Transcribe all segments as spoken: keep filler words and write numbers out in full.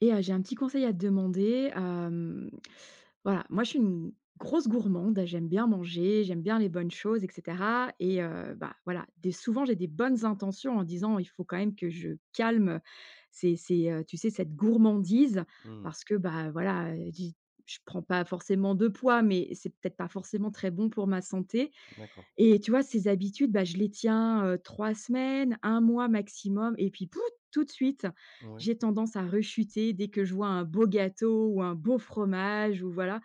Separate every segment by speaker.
Speaker 1: Et heu, j'ai un petit conseil à te demander, hem, voilà, moi je suis une grosse gourmande, j'aime bien manger, j'aime bien les bonnes choses, et cetera. Et heu, bah, voilà, des souvent j'ai des bonnes intentions en disant: «Il faut quand même que je calme ces ces, heu, tu sais, cette gourmandise»,
Speaker 2: Mmh.
Speaker 1: parce que, bah, voilà, heu, j'ai je prends pas forcément de poids, mais c'est peut-être pas forcément très bon pour ma santé.
Speaker 2: D'accord.
Speaker 1: Et tu vois, ces habitudes, bah, je les tiens, heu, trois semaines, un mois maximum, et puis, pout, tout de suite,
Speaker 2: Ouais.
Speaker 1: j'ai tendance à rechuter dès que je vois un beau gâteau ou un beau fromage, ou voilà.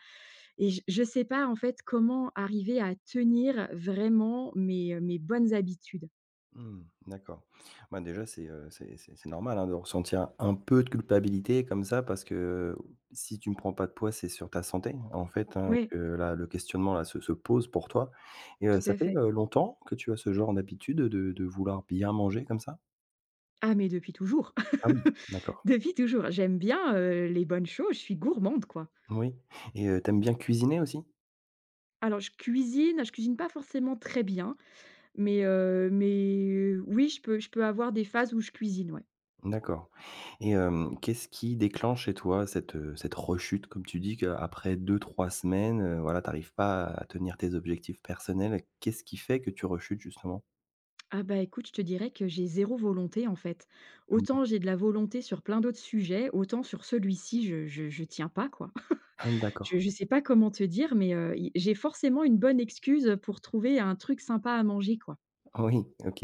Speaker 1: Et je je sais pas, en fait, comment arriver à tenir vraiment mes, mes bonnes habitudes.
Speaker 2: Mmh. D'accord. Bah, déjà, c'est, heu, c'est c'est c'est normal, hein, de ressentir un peu de culpabilité comme ça parce que si tu ne prends pas de poids, c'est sur ta santé, en fait, hein,
Speaker 1: Ouais,
Speaker 2: que là, le questionnement là se se pose pour toi et heu,
Speaker 1: tout
Speaker 2: ça
Speaker 1: à
Speaker 2: fait,
Speaker 1: fait.
Speaker 2: heu, longtemps que tu as ce genre d'habitude de de vouloir bien manger comme ça?
Speaker 1: Ah, mais depuis toujours,
Speaker 2: Ah oui, d'accord.
Speaker 1: depuis toujours. J'aime bien, heu, les bonnes choses, je suis gourmande, quoi.
Speaker 2: Oui et heu, tu bien cuisiner aussi?
Speaker 1: Alors je cuisine, je cuisine pas forcément très bien. Mais heu, mais oui, je peux je peux avoir des phases où je cuisine, ouais.
Speaker 2: D'accord. Et hem, qu'est-ce qui déclenche chez toi cette, heu, cette rechute? Comme tu dis qu'après deux trois semaines, heu, voilà, tu arrives pas à tenir tes objectifs personnels. Qu'est-ce qui fait que tu rechutes justement?
Speaker 1: Ah bah, écoute, je te dirais que j'ai zéro volonté, en fait.
Speaker 2: Ah bon?
Speaker 1: Autant j'ai de la volonté sur plein d'autres sujets, autant sur celui-ci, je je je tiens pas, quoi.
Speaker 2: Ah
Speaker 1: Je
Speaker 2: d'accord.
Speaker 1: je sais pas comment te dire, mais heu, i j'ai forcément une bonne excuse, pour trouver un truc sympa à manger, quoi.
Speaker 2: Oui, OK.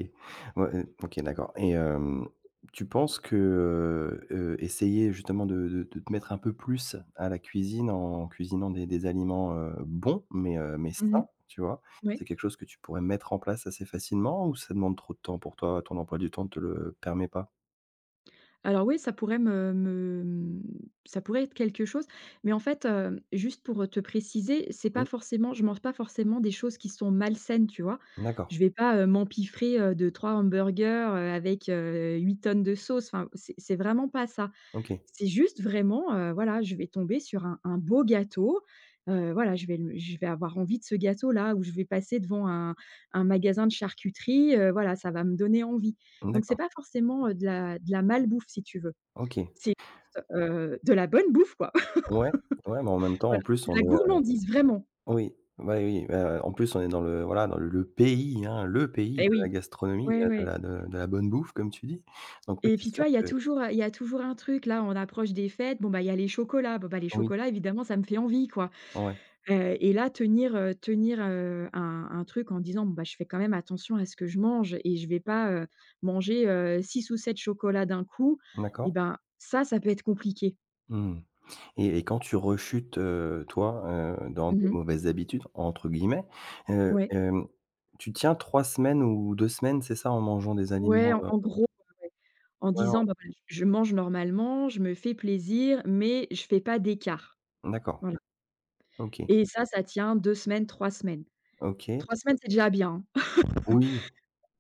Speaker 2: Ouais, heu, OK, d'accord et hem, tu penses que, heu essayer justement de de de te mettre un peu plus à la cuisine en cuisinant des des aliments, heu, bons mais heu, mais
Speaker 1: Mmh.
Speaker 2: sains, tu vois? C'est
Speaker 1: Ouais.
Speaker 2: quelque chose que tu pourrais mettre en place assez facilement ou ça demande trop de temps pour toi? Ton emploi du temps ne te le permet pas?
Speaker 1: Alors oui, ça pourrait me me, mmh, ça pourrait être quelque chose, mais en fait, heu, juste pour, euh, te préciser, c'est pas
Speaker 2: Oui,
Speaker 1: forcément je mange pas forcément des choses qui sont malsaines, tu vois?
Speaker 2: d'accord,
Speaker 1: Je vais pas, heu, m'empiffrer, heu, de trois hamburgers, heu, avec, heu, huit tonnes de sauce, enfin, c'est c'est vraiment pas ça.
Speaker 2: OK,
Speaker 1: C'est juste vraiment, heu, voilà, je vais tomber sur un un beau gâteau, heu, voilà, je vais le je vais avoir envie de ce gâteau-là, ou je vais passer devant un un magasin de charcuterie, heu, voilà, ça va me donner envie. Donc c'est
Speaker 2: d'accord,
Speaker 1: pas forcément, heu, de la de la malbouffe si tu veux.
Speaker 2: OK.
Speaker 1: C'est juste, heu, de la bonne bouffe, quoi.
Speaker 2: Ouais, ouais, mais en même temps, en
Speaker 1: Voilà,
Speaker 2: plus,
Speaker 1: de
Speaker 2: on
Speaker 1: la
Speaker 2: est, heu
Speaker 1: gourmandise vraiment.
Speaker 2: oui, ouais, oui, heu, en plus, on est dans le voilà, dans le le pays, hein, le pays
Speaker 1: Et
Speaker 2: de la
Speaker 1: oui,
Speaker 2: gastronomie,
Speaker 1: ouais,
Speaker 2: heu, de
Speaker 1: ouais.
Speaker 2: la de de la bonne bouffe, comme tu dis. Donc oui,
Speaker 1: Et
Speaker 2: c'est
Speaker 1: puis tu
Speaker 2: sûr
Speaker 1: vois, il y a
Speaker 2: que
Speaker 1: toujours, il y a toujours un truc là, on approche des fêtes. Bon, bah, il y a les chocolats. Bon, bah, les
Speaker 2: oui,
Speaker 1: chocolats évidemment ça me fait envie, quoi.
Speaker 2: ouais,
Speaker 1: Heu et là, tenir, heu, tenir, heu, un un truc en disant: «Bon, bah, je fais quand même attention à ce que je mange et je vais pas, heu, manger, heu, six ou sept chocolats d'un coup», et
Speaker 2: d'accord.
Speaker 1: ben, ça, ça peut être compliqué.
Speaker 2: Mmh, et et quand tu rechutes, heu, toi, heu, dans
Speaker 1: Mmh
Speaker 2: des
Speaker 1: mh.
Speaker 2: «mauvaises habitudes» entre guillemets, heu,
Speaker 1: Ouais.
Speaker 2: hem, tu tiens trois semaines ou deux semaines, c'est ça, en mangeant des
Speaker 1: Ouais,
Speaker 2: aliments,
Speaker 1: en
Speaker 2: heu,
Speaker 1: en gros, ouais, en
Speaker 2: ouais, en
Speaker 1: disant: «Bah, voilà, je mange normalement, je me fais plaisir, mais je fais pas d'écart».
Speaker 2: d'accord,
Speaker 1: Voilà,
Speaker 2: OK,
Speaker 1: et ça, ça tient deux semaines, trois semaines.
Speaker 2: OK.
Speaker 1: Trois semaines, c'est déjà bien, hein.
Speaker 2: Oui.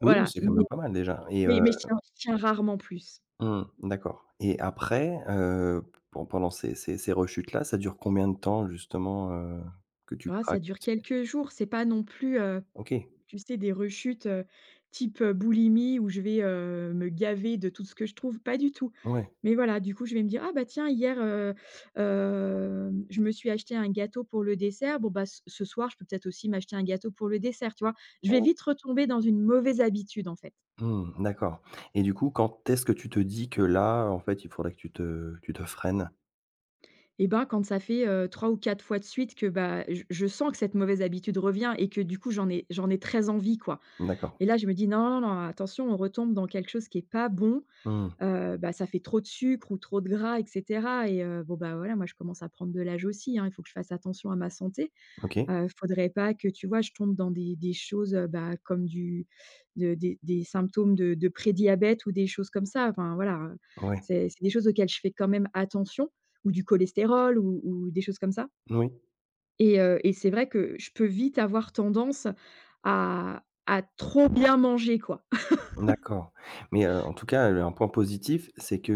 Speaker 2: Oui, oui,
Speaker 1: Voilà,
Speaker 2: c'est quand
Speaker 1: mais
Speaker 2: même pas mal déjà et heu
Speaker 1: mais mais je tiens je tiens rarement plus.
Speaker 2: mmh, d'accord et après, heu, pen pendant ces ces ces rechutes-là, ça dure combien de temps justement, heu, que tu
Speaker 1: Tu vois? Ça
Speaker 2: craques,
Speaker 1: dure
Speaker 2: tu sais?
Speaker 1: quelques jours, c'est pas non plus, heu
Speaker 2: OK,
Speaker 1: Tu sais, des rechutes, heu, type, heu, boulimie, où je vais, heu, me gaver de tout ce que je trouve, pas du tout.
Speaker 2: ouais,
Speaker 1: Mais voilà, du coup, je vais me dire: «Ah bah tiens, hier, heu, hem, je me suis acheté un gâteau pour le dessert. Bon bah, ce ce soir, je peux peut-être aussi m'acheter un gâteau pour le dessert», tu vois? Je vais
Speaker 2: ouais,
Speaker 1: vite retomber dans une mauvaise habitude, en fait.
Speaker 2: mmh, d'accord et du coup, quand est-ce que tu te dis que là, en fait, il faudrait que tu te tu te freines?
Speaker 1: Et ben, quand ça fait, heu, trois ou quatre fois de suite que, bah, je je sens que cette mauvaise habitude revient et que du coup, j'en ai j'en ai très envie, quoi.
Speaker 2: D'accord.
Speaker 1: Et là, je me dis: «Non, non, non, attention, on retombe dans quelque chose qui est pas bon».
Speaker 2: Mmh,
Speaker 1: Heu, bah, ça fait trop de sucre ou trop de gras, et cetera. Et heu, bon, bah, voilà, moi, je commence à prendre de l'âge aussi, hein, il faut que je fasse attention à ma santé.
Speaker 2: OK,
Speaker 1: Heu, faudrait pas que, tu vois, je tombe dans des des choses, heu, bah, comme du de des des symptômes de de prédiabète ou des choses comme ça. Enfin, voilà, heu,
Speaker 2: ouais,
Speaker 1: c'est c'est des choses auxquelles je fais quand même attention, ou du cholestérol, ou ou des choses comme ça,
Speaker 2: oui.
Speaker 1: et heu et c'est vrai que je peux vite avoir tendance à à trop bien manger, quoi.
Speaker 2: D'accord, mais heu, en tout cas, heu, un point positif, c'est que,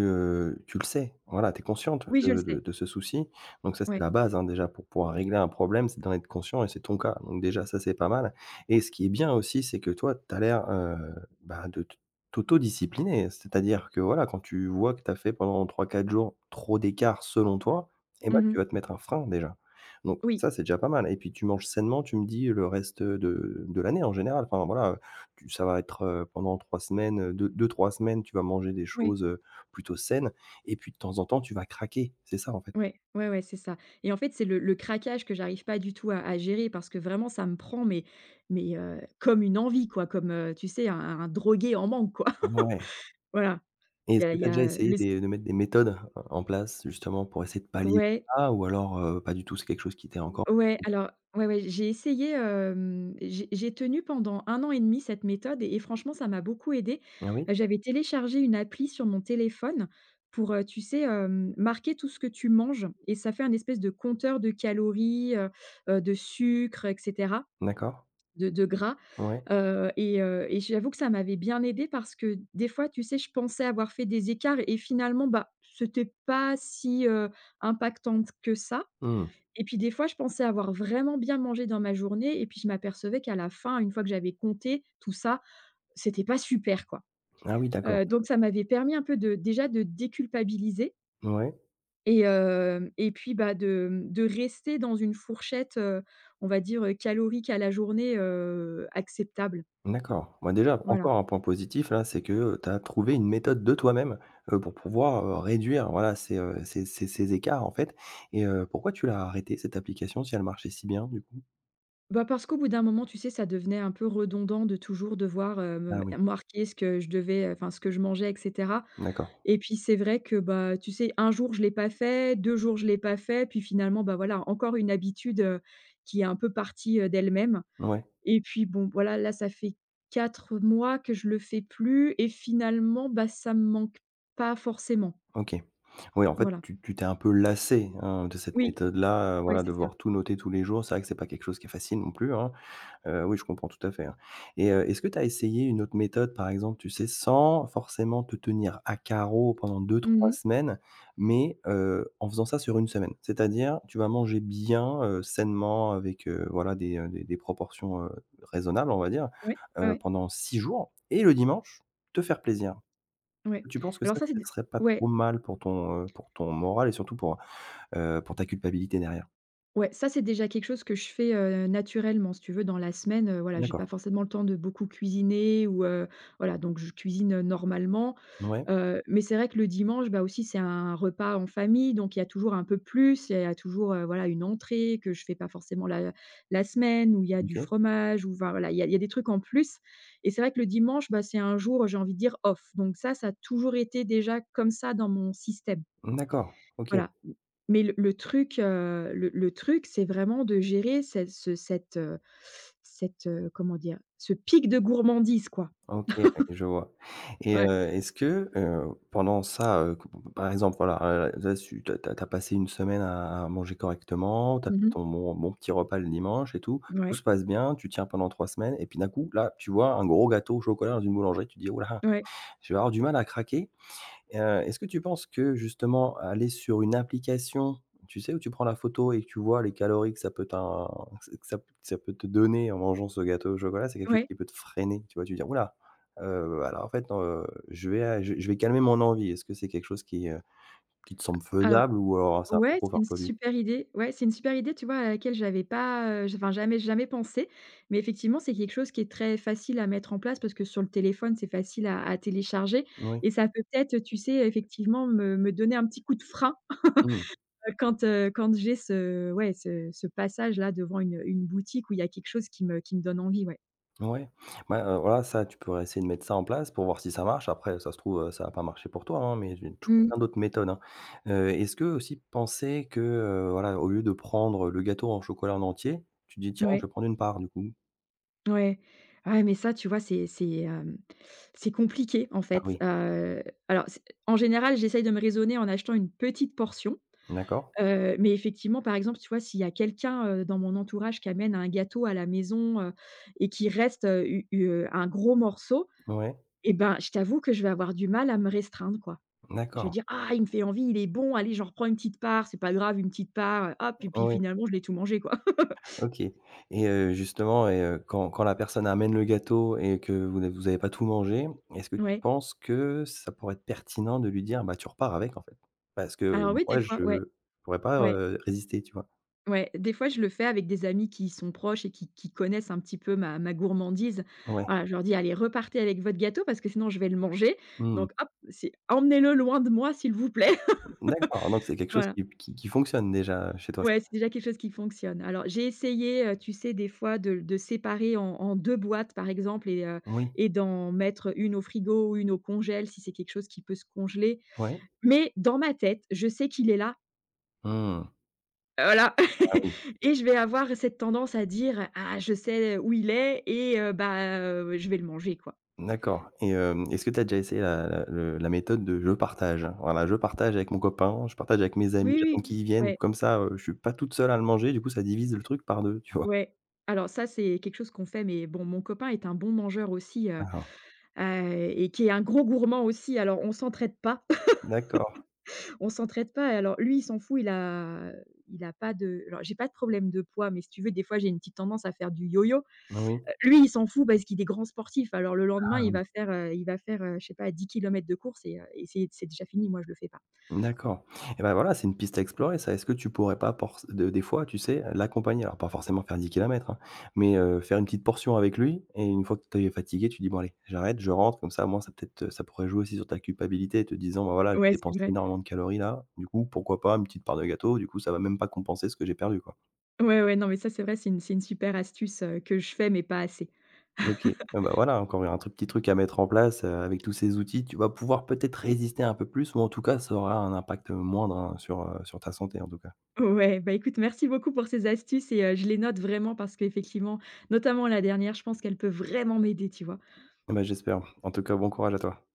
Speaker 2: heu, tu le sais. Voilà, tu es consciente
Speaker 1: Oui, je le
Speaker 2: de de
Speaker 1: sais.
Speaker 2: de ce souci, donc ça, c'est
Speaker 1: Ouais.
Speaker 2: la base, hein, déjà pour pouvoir régler un problème, c'est d'en être conscient et c'est ton cas, donc déjà ça, c'est pas mal et ce qui est bien aussi, c'est que toi, tu as l'air, heu, bah, de t t'autodiscipliner. C'est-à-dire que, voilà, quand tu vois que tu as fait pendant trois, quatre jours trop d'écart selon toi et ben tu
Speaker 1: Mmh.
Speaker 2: vas te mettre un frein déjà, donc
Speaker 1: Oui.
Speaker 2: ça, c'est déjà pas mal et puis tu manges sainement, tu me dis, le reste, de de l'année en général, enfin, voilà, tu ça va être, heu, pendant trois semaines, heu, deux, deux-trois semaines, tu vas manger des
Speaker 1: Oui.
Speaker 2: choses, heu, plutôt saines et puis de temps en temps, tu vas craquer. C'est ça, en fait.
Speaker 1: Ouais, ouais, ouais, c'est ça, et en fait, c'est le le craquage que j'arrive pas du tout à à gérer, parce que vraiment ça me prend, mais mais heu, comme une envie, quoi, comme, heu, tu sais, un un drogué en manque, quoi.
Speaker 2: Ouais,
Speaker 1: Voilà,
Speaker 2: et
Speaker 1: il
Speaker 2: est-ce
Speaker 1: y a
Speaker 2: que
Speaker 1: il
Speaker 2: tu
Speaker 1: y
Speaker 2: as déjà
Speaker 1: a,
Speaker 2: essayé
Speaker 1: le
Speaker 2: des de mettre des méthodes euh, en place justement pour essayer de pallier
Speaker 1: ouais,
Speaker 2: ça ou alors, heu, pas du tout, c'est quelque chose qui t'est encore
Speaker 1: ouais, alors ouais, ouais, j'ai essayé, hem, j'ai j'ai tenu pendant un an et demi cette méthode, et et franchement ça m'a beaucoup aidée.
Speaker 2: ah oui?
Speaker 1: J'avais téléchargé une appli sur mon téléphone pour, heu, tu sais, hem, marquer tout ce que tu manges, et ça fait un espèce de compteur de calories, heu heu, de sucre, et cetera.
Speaker 2: D'accord.
Speaker 1: De de gras,
Speaker 2: Ouais.
Speaker 1: heu et heu et j'avoue que ça m'avait bien aidé parce que des fois, tu sais, je pensais avoir fait des écarts et finalement, bah, c'était pas si, heu, impactant que ça,
Speaker 2: Mmh.
Speaker 1: et puis des fois, je pensais avoir vraiment bien mangé dans ma journée et puis je m'apercevais qu'à la fin, une fois que j'avais compté tout ça, c'était pas super, quoi.
Speaker 2: Ah oui, d'accord.
Speaker 1: Heu, donc ça m'avait permis un peu de, déjà, de déculpabiliser,
Speaker 2: Ouais.
Speaker 1: et hem et puis, bah, de, mmh, de rester dans une fourchette, heu, on va dire, calorique à la journée, heu, acceptable.
Speaker 2: D'accord. Moi déjà,
Speaker 1: Voilà.
Speaker 2: encore un point positif là, c'est que, heu, tu as trouvé une méthode de toi-même, heu, pour pouvoir, heu, réduire voilà ces, heu, ces ces ces écarts en fait et heu, pourquoi tu l'as arrêtée cette application si elle marchait si bien du coup?
Speaker 1: Bah, parce qu'au bout d'un moment, tu sais, ça devenait un peu redondant de toujours devoir, heu,
Speaker 2: Ah
Speaker 1: me
Speaker 2: oui,
Speaker 1: marquer ce que je devais, heu, enfin ce que je mangeais, et cetera,
Speaker 2: d'accord.
Speaker 1: et puis c'est vrai que, bah, tu sais, un jour je l'ai pas fait, deux jours je l'ai pas fait, puis finalement, bah, voilà, encore une habitude, heu, qui est un peu partie, heu, d'elle-même,
Speaker 2: Ouais,
Speaker 1: et puis bon, voilà, là, ça fait quatre mois que je le fais plus et finalement, bah, ça me manque pas forcément.
Speaker 2: OK. Oui, en fait,
Speaker 1: Voilà.
Speaker 2: tu tu t'es un peu lassé hein, de cette
Speaker 1: Oui,
Speaker 2: méthode-là, heu,
Speaker 1: ouais,
Speaker 2: voilà, de
Speaker 1: c'est ça.
Speaker 2: voir tout noter tous les jours. C'est vrai que c'est pas quelque chose qui est facile non plus, hein. Heu, oui, je comprends tout à fait, hein et heu, est-ce que tu as essayé une autre méthode, par exemple, tu sais, sans forcément te tenir à carreau pendant deux-trois
Speaker 1: Mmh.
Speaker 2: semaines, mais heu, en faisant ça sur une semaine? C'est-à-dire, tu vas manger bien, heu, sainement avec, heu, voilà, des, heu, des des proportions, heu, raisonnables, on va dire,
Speaker 1: Ouais,
Speaker 2: heu,
Speaker 1: ouais,
Speaker 2: pendant six jours et le dimanche, te faire plaisir.
Speaker 1: ouais, ouais.
Speaker 2: Tu penses que
Speaker 1: Alors
Speaker 2: ça,
Speaker 1: ça, c'est
Speaker 2: ce
Speaker 1: d
Speaker 2: serait pas trop
Speaker 1: ouais.
Speaker 2: mal pour ton, heu, pour ton moral et surtout pour, heu, pour ta culpabilité derrière?
Speaker 1: Ouais, ça, c'est déjà quelque chose que je fais, heu, naturellement, si tu veux, dans la semaine, heu, voilà, j'ai
Speaker 2: D'accord.
Speaker 1: pas forcément le temps de beaucoup cuisiner, ou heu, voilà, donc je cuisine, heu, normalement,
Speaker 2: Ouais,
Speaker 1: heu, mais c'est vrai que le dimanche, bah, aussi, c'est un repas en famille, donc il y a toujours un peu plus, il y a toujours, heu, voilà, une entrée que je fais pas forcément la la semaine, où il y a du
Speaker 2: OK.
Speaker 1: fromage, ou enfin, voilà, il y a il y a des trucs en plus, et c'est vrai que le dimanche, bah, c'est un jour, j'ai envie de dire off, donc ça, ça a toujours été déjà comme ça dans mon système.
Speaker 2: D'accord, OK.
Speaker 1: Voilà, mais le le truc, heu, le le truc, c'est vraiment de gérer ce ce cette, heu, cette, heu, comment dire? Ce pic de gourmandise, quoi.
Speaker 2: OK, ouais, je vois et
Speaker 1: Ouais.
Speaker 2: heu, est-ce que, heu, pendant ça, heu, que par exemple, voilà, heu, là tu as passé une semaine à à manger correctement, tu as fait
Speaker 1: Mmh.
Speaker 2: ton bon bon petit repas le dimanche et tout, tout
Speaker 1: Ouais,
Speaker 2: se passe bien, tu tiens pendant trois semaines et puis d'un coup, là, tu vois un gros gâteau au chocolat dans une boulangerie, tu te dis: «Ouh
Speaker 1: ouais,
Speaker 2: je vais avoir du mal à craquer». Et est-ce que tu penses que justement aller sur une application, tu sais, où tu prends la photo et que tu vois les calories que ça peut t'in que ça, que ça peut te donner en mangeant ce gâteau au chocolat, c'est quelque chose
Speaker 1: ouais.
Speaker 2: qui peut te freiner, tu vois? Tu dis dire: «Ouh alors en fait, heu, je vais a je je vais calmer mon envie». Est-ce que c'est quelque chose qui, heu, qui te semble
Speaker 1: Alors
Speaker 2: faisable ou alors c'est un peu
Speaker 1: ouais,
Speaker 2: trop
Speaker 1: c'est une
Speaker 2: farfelu?
Speaker 1: super idée. Ouais, c'est une super idée, tu vois, à laquelle j'avais pas, heu, j enfin, jamais jamais pensé. Mais effectivement, c'est quelque chose qui est très facile à mettre en place parce que sur le téléphone, c'est facile à à télécharger,
Speaker 2: Oui.
Speaker 1: et ça peut peut-être, tu sais, effectivement, me me donner un petit coup de frein.
Speaker 2: Mmh.
Speaker 1: Heu, quand, heu, quand j'ai ce ouais, ce ce passage-là devant une, heu, une boutique où il y a quelque chose qui me qui me donne envie, ouais.
Speaker 2: Ouais, bah, heu, voilà, ça, tu pourrais essayer de mettre ça en place pour voir si ça marche. Après, ça se trouve, heu, ça a pas marché pour toi, hein, mais j'ai toujours
Speaker 1: Mmh.
Speaker 2: plein d'autres méthodes, hein. Heu, est-ce que aussi penser que, heu, voilà, au lieu de prendre le gâteau en chocolat en entier, tu dis: «Tiens,
Speaker 1: Ouais,
Speaker 2: je vais prendre une part du coup».
Speaker 1: ouais. Ouais, mais ça, tu vois, c'est c'est, hem, c'est compliqué, en
Speaker 2: Ah
Speaker 1: fait.
Speaker 2: oui,
Speaker 1: Heu, alors c'est en général, j'essaye de me raisonner en achetant une petite portion,
Speaker 2: d'accord.
Speaker 1: heu, mais effectivement, par exemple, tu vois, s'il y a quelqu'un, heu, dans mon entourage qui amène un gâteau à la maison, heu et qu'il reste, heu, u u heu, un gros morceau,
Speaker 2: Ouais,
Speaker 1: et ben, je t'avoue que je vais avoir du mal à me restreindre, quoi. Je vais
Speaker 2: d'accord.
Speaker 1: dire: «Ah, il me fait envie, il est bon, allez, j'en reprends une petite part, c'est pas grave, une petite part», heu, hop, et puis
Speaker 2: Ouais.
Speaker 1: finalement je l'ai tout mangé, quoi.
Speaker 2: OK et heu, justement et heu, quand quand la personne amène le gâteau et que vous n'avez vous avez pas tout mangé, est-ce que tu
Speaker 1: Ouais.
Speaker 2: penses que ça pourrait être pertinent de lui dire: «Bah, tu repars avec, en fait»? Parce que
Speaker 1: Alors oui, des
Speaker 2: moi,
Speaker 1: fois,
Speaker 2: je
Speaker 1: ouais,
Speaker 2: pourrais pas,
Speaker 1: ouais,
Speaker 2: heu, résister, tu vois?
Speaker 1: ouais, des fois je le fais avec des amis qui sont proches et qui qui connaissent un petit peu ma ma gourmandise.
Speaker 2: Ouais.
Speaker 1: Voilà, je leur dis: «Allez, repartez avec votre gâteau parce que sinon je vais le manger,
Speaker 2: Mmh.
Speaker 1: donc hop, c'est emmenez-le loin de moi s'il vous plaît».
Speaker 2: D'accord, donc c'est quelque chose
Speaker 1: Voilà.
Speaker 2: qui qui qui fonctionne déjà, chez toi?
Speaker 1: Ouais, c'est déjà quelque chose qui fonctionne. Alors, j'ai essayé, heu, tu sais, des fois de de séparer en en deux boîtes, par exemple, et heu
Speaker 2: Oui.
Speaker 1: et d'en mettre une au frigo, ou une au congèle, si c'est quelque chose qui peut se congeler.
Speaker 2: Ouais.
Speaker 1: Mais dans ma tête, je sais qu'il est là,
Speaker 2: Mmh.
Speaker 1: voilà.
Speaker 2: Ah oui.
Speaker 1: Et je vais avoir cette tendance à dire: «Ah, je sais où il est, et heu, bah, heu, je vais le manger, quoi».
Speaker 2: D'accord et hem, est-ce que tu as déjà essayé la la le la méthode de je partage? Voilà, je partage avec mon copain, je partage avec mes amis,
Speaker 1: Oui,
Speaker 2: j'attends
Speaker 1: oui,
Speaker 2: qu'ils viennent.
Speaker 1: ouais,
Speaker 2: Comme ça, heu, je suis pas toute seule à le manger, du coup, ça divise le truc par deux, tu vois?
Speaker 1: ouais. Alors ça, c'est quelque chose qu'on fait, mais bon, mon copain est un bon mangeur aussi, heu,
Speaker 2: Ah,
Speaker 1: heu et qui est un gros gourmand aussi, alors on s'entraide pas.
Speaker 2: d'accord.
Speaker 1: On s'entraide pas. Alors lui, il s'en fout, il a il a pas de alors j'ai pas de problème de poids, mais si tu veux, des fois, j'ai une petite tendance à faire du yo-yo.
Speaker 2: Ah oui.
Speaker 1: Heu, lui, il s'en fout parce qu'il est grand sportif. Alors le lendemain, il
Speaker 2: Ah.
Speaker 1: va faire, heu, il va faire, heu, je sais pas dix kilomètres de course, et heu, et c'est c'est déjà fini, moi je le fais pas.
Speaker 2: D'accord et ben voilà, c'est une piste à explorer ça. Est-ce que tu pourrais pas porc de des fois, tu sais, l'accompagner? Alors pas forcément faire dix kilomètres, hein, mais heu, faire une petite portion avec lui et une fois que tu es fatigué, tu dis: «Bon allez, j'arrête, je rentre», comme ça Moi, ça peut-être, ça pourrait jouer aussi sur ta culpabilité, te disant: «Bah voilà, j'ai
Speaker 1: Ouais, c'est
Speaker 2: dépensé
Speaker 1: vrai.
Speaker 2: énormément de calories là, du coup pourquoi pas une petite part de gâteau? Du coup ça va même pas compenser ce que j'ai perdu, quoi».
Speaker 1: Ouais, ouais, non, mais ça, c'est vrai, c'est une c'est une super astuce, heu, que je fais, mais pas assez.
Speaker 2: OK, ah bah, voilà encore un truc petit truc à mettre en place, heu, avec tous ces outils, tu vas pouvoir peut-être résister un peu plus ou en tout cas ça aura un impact, moindre, hein, sur, heu, sur ta santé en tout cas.
Speaker 1: Ouais, bah, écoute, merci beaucoup pour ces astuces, et heu, je les note vraiment parce qu'effectivement, notamment la dernière, je pense qu'elle peut vraiment m'aider, tu vois?
Speaker 2: Bah, j'espère. En tout cas, bon courage à toi.